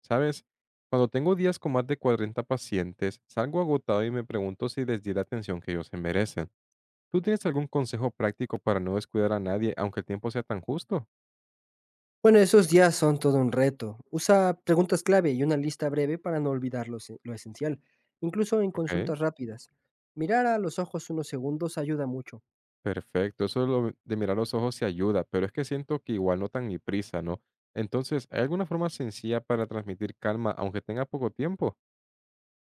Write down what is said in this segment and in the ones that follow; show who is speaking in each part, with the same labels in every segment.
Speaker 1: ¿Sabes? Cuando tengo días con más de 40 pacientes, salgo agotado y me pregunto si les di la atención que ellos se merecen. ¿Tú tienes algún consejo práctico para no descuidar a nadie aunque el tiempo sea tan justo?
Speaker 2: Bueno, esos días son todo un reto. Usa preguntas clave y una lista breve para no olvidar lo esencial, incluso en
Speaker 1: Ok,
Speaker 2: consultas rápidas. Mirar a los ojos unos segundos ayuda mucho.
Speaker 1: perfecto. Eso lo de mirar los ojos se ayuda, pero es que siento que igual no tan ni prisa, ¿no? Entonces, ¿hay alguna forma sencilla para transmitir calma aunque tenga poco tiempo?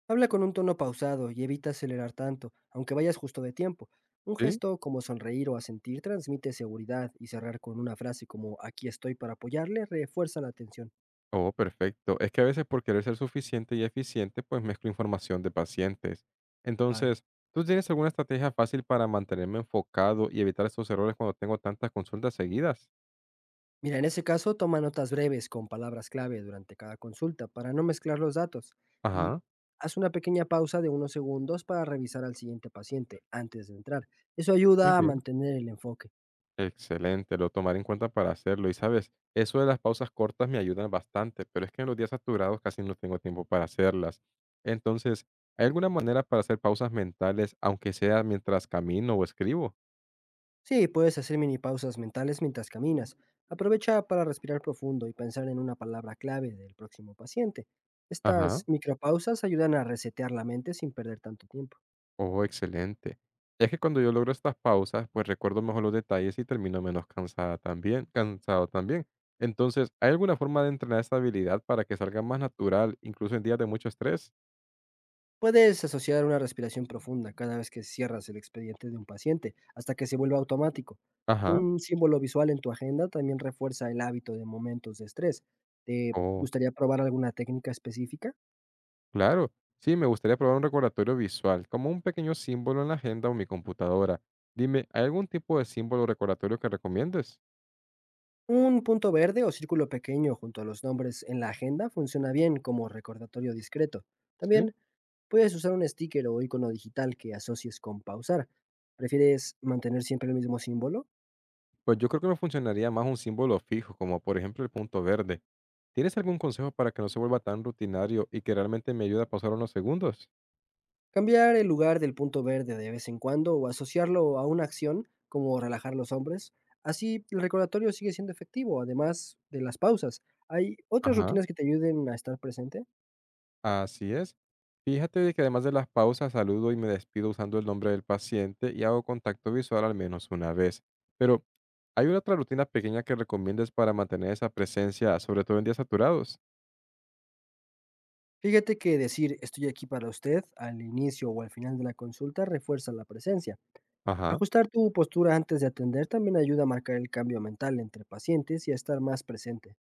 Speaker 2: Habla con un tono pausado y evita acelerar tanto, aunque vayas justo de tiempo. Un
Speaker 1: Sí.
Speaker 2: gesto como sonreír o asentir transmite seguridad y cerrar con una frase como aquí estoy para apoyarle refuerza la atención.
Speaker 1: Oh, perfecto. Es que a veces por querer ser suficiente y eficiente, pues mezclo información de pacientes.
Speaker 2: Vale.
Speaker 1: Entonces, ¿tú tienes alguna estrategia fácil para mantenerme enfocado y evitar estos errores cuando tengo tantas consultas seguidas?
Speaker 2: Mira, en ese caso, toma notas breves con palabras clave durante cada consulta para no mezclar los datos y
Speaker 1: Ajá,
Speaker 2: haz una pequeña pausa de unos segundos para revisar al siguiente paciente antes de entrar. Eso
Speaker 1: muy
Speaker 2: ayuda a
Speaker 1: bien.
Speaker 2: mantener el enfoque.
Speaker 1: Excelente, lo tomaré en cuenta para hacerlo. Y sabes, eso de las pausas cortas me ayudan bastante, pero es que en los días saturados casi no tengo tiempo para hacerlas. Entonces, ¿hay alguna manera para hacer pausas mentales, aunque sea mientras camino o escribo?
Speaker 2: Sí, puedes hacer mini pausas mentales mientras caminas. Aprovecha para respirar profundo y pensar en una palabra clave del próximo paciente.
Speaker 1: Ajá.
Speaker 2: Estas micropausas ayudan a resetear la mente sin perder tanto tiempo.
Speaker 1: Oh, excelente. Es que cuando yo logro estas pausas, pues recuerdo mejor los detalles y termino menos cansada también, cansado también. Entonces, ¿hay alguna forma de entrenar esta habilidad para que salga más natural, incluso en días de mucho estrés?
Speaker 2: Puedes asociar una respiración profunda cada vez que cierras el expediente de un paciente, hasta que se vuelva automático.
Speaker 1: Ajá.
Speaker 2: Un símbolo visual en tu agenda también refuerza el hábito de momentos de estrés. ¿Te
Speaker 1: Oh,
Speaker 2: gustaría probar alguna técnica específica?
Speaker 1: claro. Sí, me gustaría probar un recordatorio visual, como un pequeño símbolo en la agenda o mi computadora. Dime, ¿hay algún tipo de símbolo o recordatorio que recomiendes?
Speaker 2: Un punto verde o círculo pequeño junto a los nombres en la agenda funciona bien como recordatorio discreto.
Speaker 1: Sí.
Speaker 2: También puedes usar un sticker o icono digital que asocies con pausar. ¿Prefieres mantener siempre el mismo símbolo?
Speaker 1: Pues yo creo que me funcionaría más un símbolo fijo, como por ejemplo el punto verde. ¿Tienes algún consejo para que no se vuelva tan rutinario y que realmente me ayude a pasar unos segundos?
Speaker 2: Cambiar el lugar del punto verde de vez en cuando o asociarlo a una acción como relajar los hombres. Así el recordatorio sigue siendo efectivo, además de las pausas. ¿Hay otras
Speaker 1: Ajá,
Speaker 2: rutinas que te ayuden a estar presente?
Speaker 1: así es. Fíjate de que además de las pausas saludo y me despido usando el nombre del paciente y hago contacto visual al menos una vez. Pero, ¿hay una otra rutina pequeña que recomiendes para mantener esa presencia, sobre todo en días saturados?
Speaker 2: Fíjate que decir estoy aquí para usted al inicio o al final de la consulta refuerza la presencia.
Speaker 1: Ajá.
Speaker 2: Ajustar tu postura antes de atender también ayuda a marcar el cambio mental entre pacientes y a estar más presente.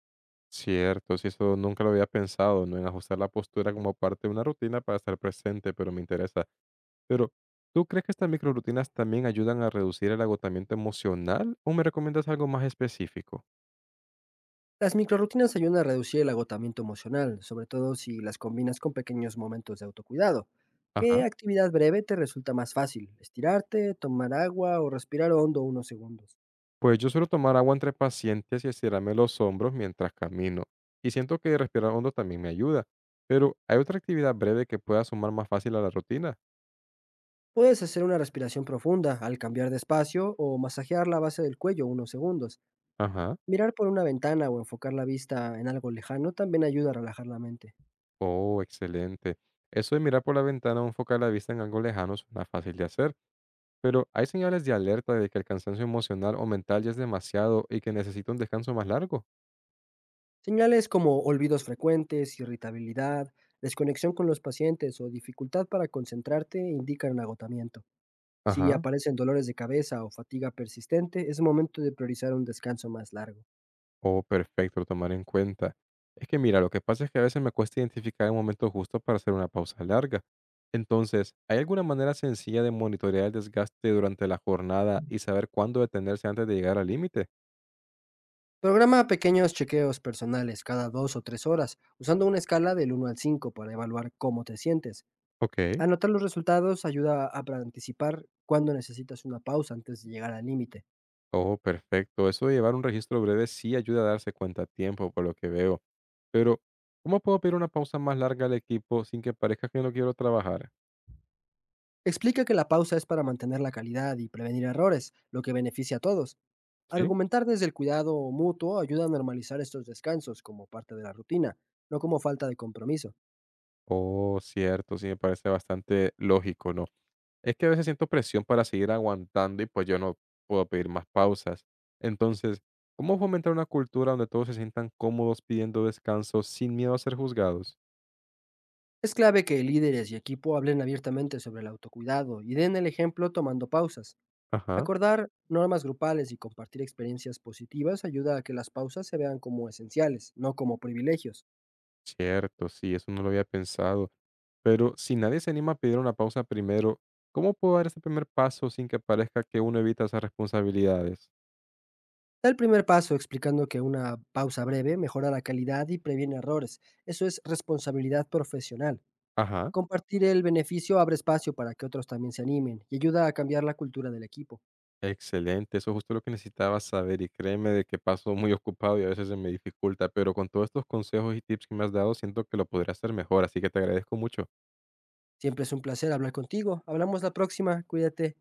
Speaker 1: Cierto, si eso nunca lo había pensado, ¿no? En ajustar la postura como parte de una rutina para estar presente, pero me interesa. Pero, ¿tú crees que estas microrutinas también ayudan a reducir el agotamiento emocional o me recomiendas algo más específico?
Speaker 2: Las microrutinas ayudan a reducir el agotamiento emocional, sobre todo si las combinas con pequeños momentos de autocuidado.
Speaker 1: Ajá.
Speaker 2: ¿Qué actividad breve te resulta más fácil? ¿Estirarte, tomar agua o respirar hondo unos segundos?
Speaker 1: Pues yo suelo tomar agua entre pacientes y estirarme los hombros mientras camino. Y siento que respirar hondo también me ayuda. Pero, ¿hay otra actividad breve que pueda sumar más fácil a la rutina?
Speaker 2: Puedes hacer una respiración profunda al cambiar de espacio o masajear la base del cuello unos segundos.
Speaker 1: Ajá.
Speaker 2: Mirar por una ventana o enfocar la vista en algo lejano también ayuda a relajar la mente.
Speaker 1: Oh, excelente. Eso de mirar por la ventana o enfocar la vista en algo lejano suena fácil de hacer, pero hay señales de alerta de que el cansancio emocional o mental ya es demasiado y que necesito un descanso más largo.
Speaker 2: Señales como olvidos frecuentes, irritabilidad, desconexión con los pacientes o dificultad para concentrarte indican agotamiento. Si
Speaker 1: Ajá.
Speaker 2: aparecen dolores de cabeza o fatiga persistente, es momento de priorizar un descanso más largo.
Speaker 1: Oh, perfecto, lo tomaré en cuenta. Es que mira, lo que pasa es que a veces me cuesta identificar el momento justo para hacer una pausa larga. Entonces, ¿hay alguna manera sencilla de monitorear el desgaste durante la jornada y saber cuándo detenerse antes de llegar al límite?
Speaker 2: Programa pequeños chequeos personales cada 2 o 3 horas, usando una escala del 1 al 5 para evaluar cómo te sientes.
Speaker 1: Ok.
Speaker 2: Anotar los resultados ayuda a para anticipar cuándo necesitas una pausa antes de llegar al límite.
Speaker 1: Oh, perfecto. Eso de llevar un registro breve sí ayuda a darse cuenta a tiempo, por lo que veo. Pero, ¿cómo puedo pedir una pausa más larga al equipo sin que parezca que no quiero trabajar?
Speaker 2: Explica que la pausa es para mantener la calidad y prevenir errores, lo que beneficia a todos.
Speaker 1: Sí.
Speaker 2: Argumentar desde el cuidado mutuo ayuda a normalizar estos descansos como parte de la rutina, no como falta de compromiso.
Speaker 1: Oh, cierto, sí me parece bastante lógico, ¿no? Es que a veces siento presión para seguir aguantando y pues yo no puedo pedir más pausas. Entonces, ¿cómo fomentar una cultura donde todos se sientan cómodos pidiendo descanso sin miedo a ser juzgados?
Speaker 2: Es clave que líderes y equipo hablen abiertamente sobre el autocuidado y den el ejemplo tomando pausas.
Speaker 1: Ajá,
Speaker 2: Acordar normas grupales y compartir experiencias positivas ayuda a que las pausas se vean como esenciales, no como privilegios.
Speaker 1: cierto, sí, eso no lo había pensado. Pero si nadie se anima a pedir una pausa primero, ¿cómo puedo dar ese primer paso sin que parezca que uno evita esas responsabilidades?
Speaker 2: Da el primer paso explicando que una pausa breve mejora la calidad y previene errores. Eso es responsabilidad profesional.
Speaker 1: Ajá.
Speaker 2: Compartir el beneficio abre espacio para que otros también se animen y ayuda a cambiar la cultura del equipo.
Speaker 1: Excelente, eso es justo lo que necesitaba saber y créeme de que paso muy ocupado y a veces se me dificulta, pero con todos estos consejos y tips que me has dado siento que lo podré hacer mejor, así que te agradezco mucho.
Speaker 2: Siempre es un placer hablar contigo. Hablamos la próxima. Cuídate.